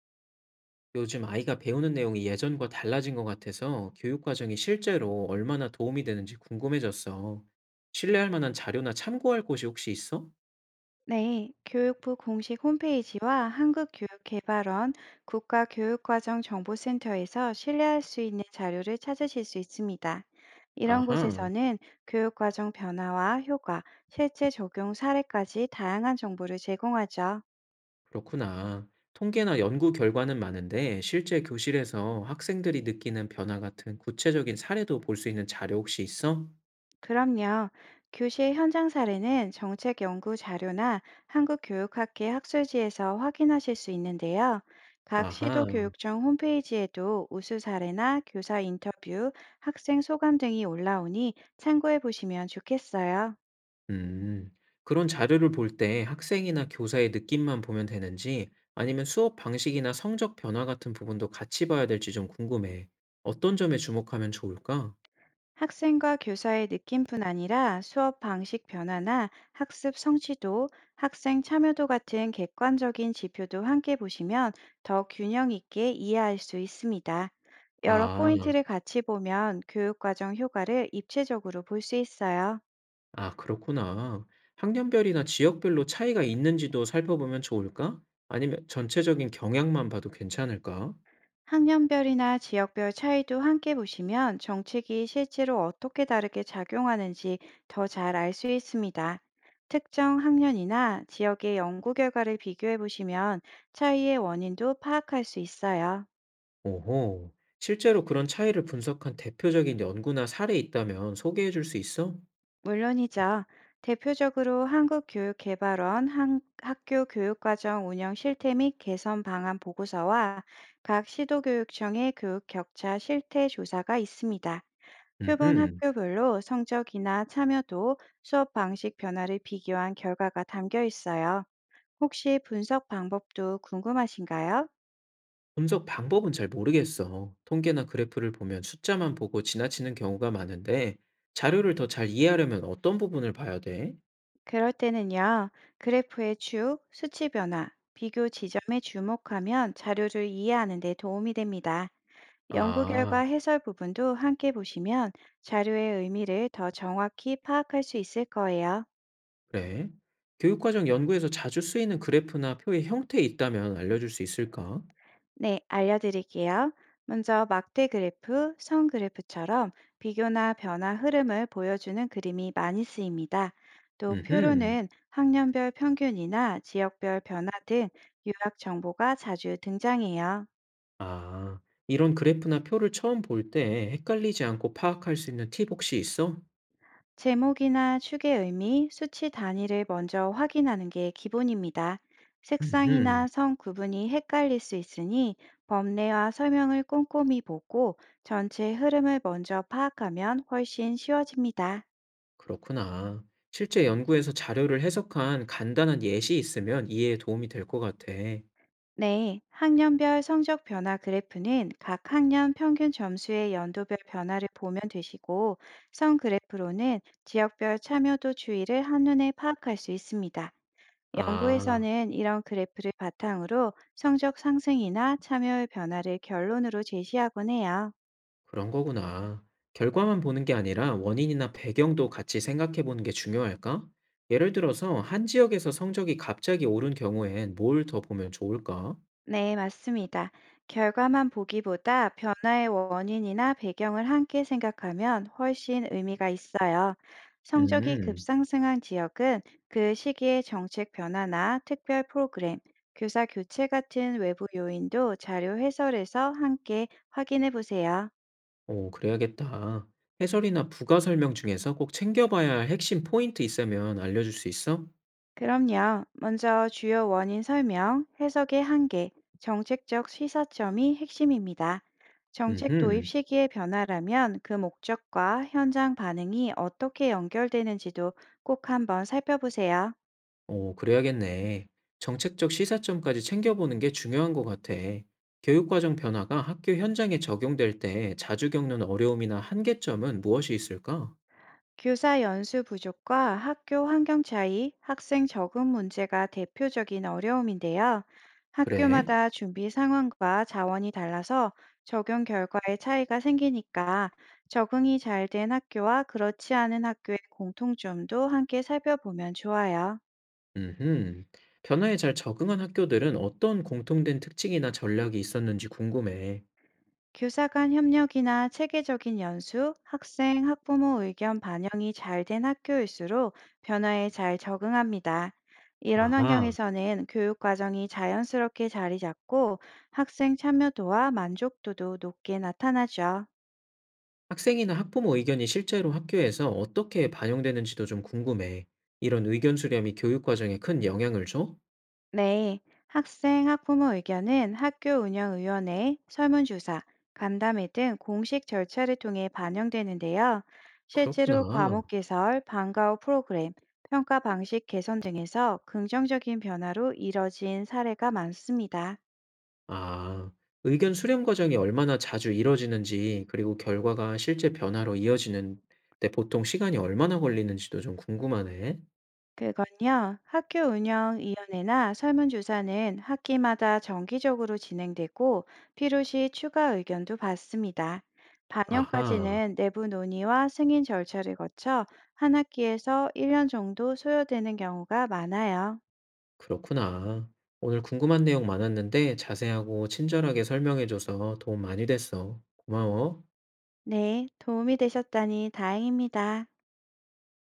요즘 아이가 배우는 내용이 예전과 달라진 것 같아서 교육 과정이 실제로 얼마나 도움이 되는지 궁금해졌어. 신뢰할 만한 자료나 참고할 곳이 혹시 있어? 네, 교육부 공식 홈페이지와 한국교육개발원 국가교육과정정보센터에서 신뢰할 수 있는 자료를 찾으실 수 있습니다. 이런 아하, 곳에서는 교육과정 변화와 효과, 실제 적용 사례까지 다양한 정보를 제공하죠. 그렇구나. 통계나 연구 결과는 많은데 실제 교실에서 학생들이 느끼는 변화 같은 구체적인 사례도 볼 수 있는 자료 혹시 있어? 그럼요. 교실 현장 사례는 정책 연구 자료나 한국교육학회 학술지에서 확인하실 수 있는데요. 각 아하. 시도교육청 홈페이지에도 우수 사례나 교사 인터뷰, 학생 소감 등이 올라오니 참고해 보시면 좋겠어요. 음, 그런 자료를 볼 때 학생이나 교사의 느낌만 보면 되는지 아니면 수업 방식이나 성적 변화 같은 부분도 같이 봐야 될지 좀 궁금해. 어떤 점에 주목하면 좋을까? 학생과 교사의 느낌뿐 아니라 수업 방식 변화나 학습 성취도, 학생 참여도 같은 객관적인 지표도 함께 보시면 더 균형 있게 이해할 수 있습니다. 여러 아, 포인트를 같이 보면 교육과정 효과를 입체적으로 볼 수 있어요. 아, 그렇구나. 학년별이나 지역별로 차이가 있는지도 살펴보면 좋을까? 아니면 전체적인 경향만 봐도 괜찮을까? 학년별이나 지역별 차이도 함께 보시면 정책이 실제로 어떻게 다르게 작용하는지 더 잘 알 수 있습니다. 특정 학년이나 지역의 연구 결과를 비교해 보시면 차이의 원인도 파악할 수 있어요. 오호, 실제로 그런 차이를 분석한 대표적인 연구나 사례 있다면 소개해 줄 수 있어? 물론이죠. 대표적으로 한국교육개발원 학교 교육과정 운영 실태 및 개선 방안 보고서와 각 시도교육청의 교육 격차 실태 조사가 있습니다. 표본 음흠. 학교별로 성적이나 참여도, 수업 방식 변화를 비교한 결과가 담겨 있어요. 혹시 분석 방법도 궁금하신가요? 분석 방법은 잘 모르겠어. 통계나 그래프를 보면 숫자만 보고 지나치는 경우가 많은데, 자료를 더 잘 이해하려면 어떤 부분을 봐야 돼? 그럴 때는요, 그래프의 축, 수치 변화, 비교 지점에 주목하면 자료를 이해하는 데 도움이 됩니다. 연구 결과 아, 해설 부분도 함께 보시면 자료의 의미를 더 정확히 파악할 수 있을 거예요. 그래. 교육과정 연구에서 자주 쓰이는 그래프나 표의 형태에 있다면 알려줄 수 있을까? 네, 알려드릴게요. 먼저 막대 그래프, 선 그래프처럼 비교나 변화 흐름을 보여주는 그림이 많이 쓰입니다. 또 음흠. 표로는 학년별 평균이나 지역별 변화 등 유학 정보가 자주 등장해요. 아, 이런 그래프나 표를 처음 볼 때 헷갈리지 않고 파악할 수 있는 팁 혹시 있어? 제목이나 축의 의미, 수치 단위를 먼저 확인하는 게 기본입니다. 음흠. 색상이나 성 구분이 헷갈릴 수 있으니 법례와 설명을 꼼꼼히 보고 전체 흐름을 먼저 파악하면 훨씬 쉬워집니다. 그렇구나. 실제 연구에서 자료를 해석한 간단한 예시 있으면 이해에 도움이 될 것 같아. 네, 학년별 성적 변화 그래프는 각 학년 평균 점수의 연도별 변화를 보면 되시고, 성 그래프로는 지역별 참여도 추이를 한눈에 파악할 수 있습니다. 아. 연구에서는 이런 그래프를 바탕으로 성적 상승이나 참여율 변화를 결론으로 제시하곤 해요. 그런 거구나. 결과만 보는 게 아니라 원인이나 배경도 같이 생각해 보는 게 중요할까? 예를 들어서 한 지역에서 성적이 갑자기 오른 경우엔 뭘 더 보면 좋을까? 네, 맞습니다. 결과만 보기보다 변화의 원인이나 배경을 함께 생각하면 훨씬 의미가 있어요. 성적이 음, 급상승한 지역은 그 시기의 정책 변화나 특별 프로그램, 교사 교체 같은 외부 요인도 자료 해설에서 함께 확인해 보세요. 오, 그래야겠다. 해설이나 부가 설명 중에서 꼭 챙겨봐야 할 핵심 포인트 있으면 알려줄 수 있어? 그럼요. 먼저 주요 원인 설명, 해석의 한계, 정책적 시사점이 핵심입니다. 정책 도입 음흠, 시기의 변화라면 그 목적과 현장 반응이 어떻게 연결되는지도 꼭 한번 살펴보세요. 오, 그래야겠네. 정책적 시사점까지 챙겨보는 게 중요한 것 같아. 교육과정 변화가 학교 현장에 적용될 때 자주 겪는 어려움이나 한계점은 무엇이 있을까? 교사 연수 부족과 학교 환경 차이, 학생 적응 문제가 대표적인 어려움인데요. 그래? 학교마다 준비 상황과 자원이 달라서 적용 결과의 차이가 생기니까 적응이 잘 된 학교와 그렇지 않은 학교의 공통점도 함께 살펴보면 좋아요. 음흠. 변화에 잘 적응한 학교들은 어떤 공통된 특징이나 전략이 있었는지 궁금해. 교사 간 협력이나 체계적인 연수, 학생, 학부모 의견 반영이 잘 된 학교일수록 변화에 잘 적응합니다. 이런 아하. 환경에서는 교육 과정이 자연스럽게 자리 잡고 학생 참여도와 만족도도 높게 나타나죠. 학생이나 학부모 의견이 실제로 학교에서 어떻게 반영되는지도 좀 궁금해. 이런 의견 수렴이 교육 과정에 큰 영향을 줘? 네, 학생, 학부모 의견은 학교 운영위원회, 설문조사, 간담회 등 공식 절차를 통해 반영되는데요. 그렇구나. 실제로 과목 개설, 방과 후 프로그램, 평가 방식 개선 등에서 긍정적인 변화로 이뤄진 사례가 많습니다. 아, 의견 수렴 과정이 얼마나 자주 이뤄지는지, 그리고 결과가 실제 변화로 이어지는데 보통 시간이 얼마나 걸리는지도 좀 궁금하네. 그건요, 학교 운영위원회나 설문조사는 학기마다 정기적으로 진행되고 필요시 추가 의견도 받습니다. 아하. 반영까지는 내부 논의와 승인 절차를 거쳐 한 학기에서 1년 정도 소요되는 경우가 많아요. 그렇구나. 오늘 궁금한 내용 많았는데 자세하고 친절하게 설명해줘서 도움 많이 됐어. 고마워. 네, 도움이 되셨다니 다행입니다.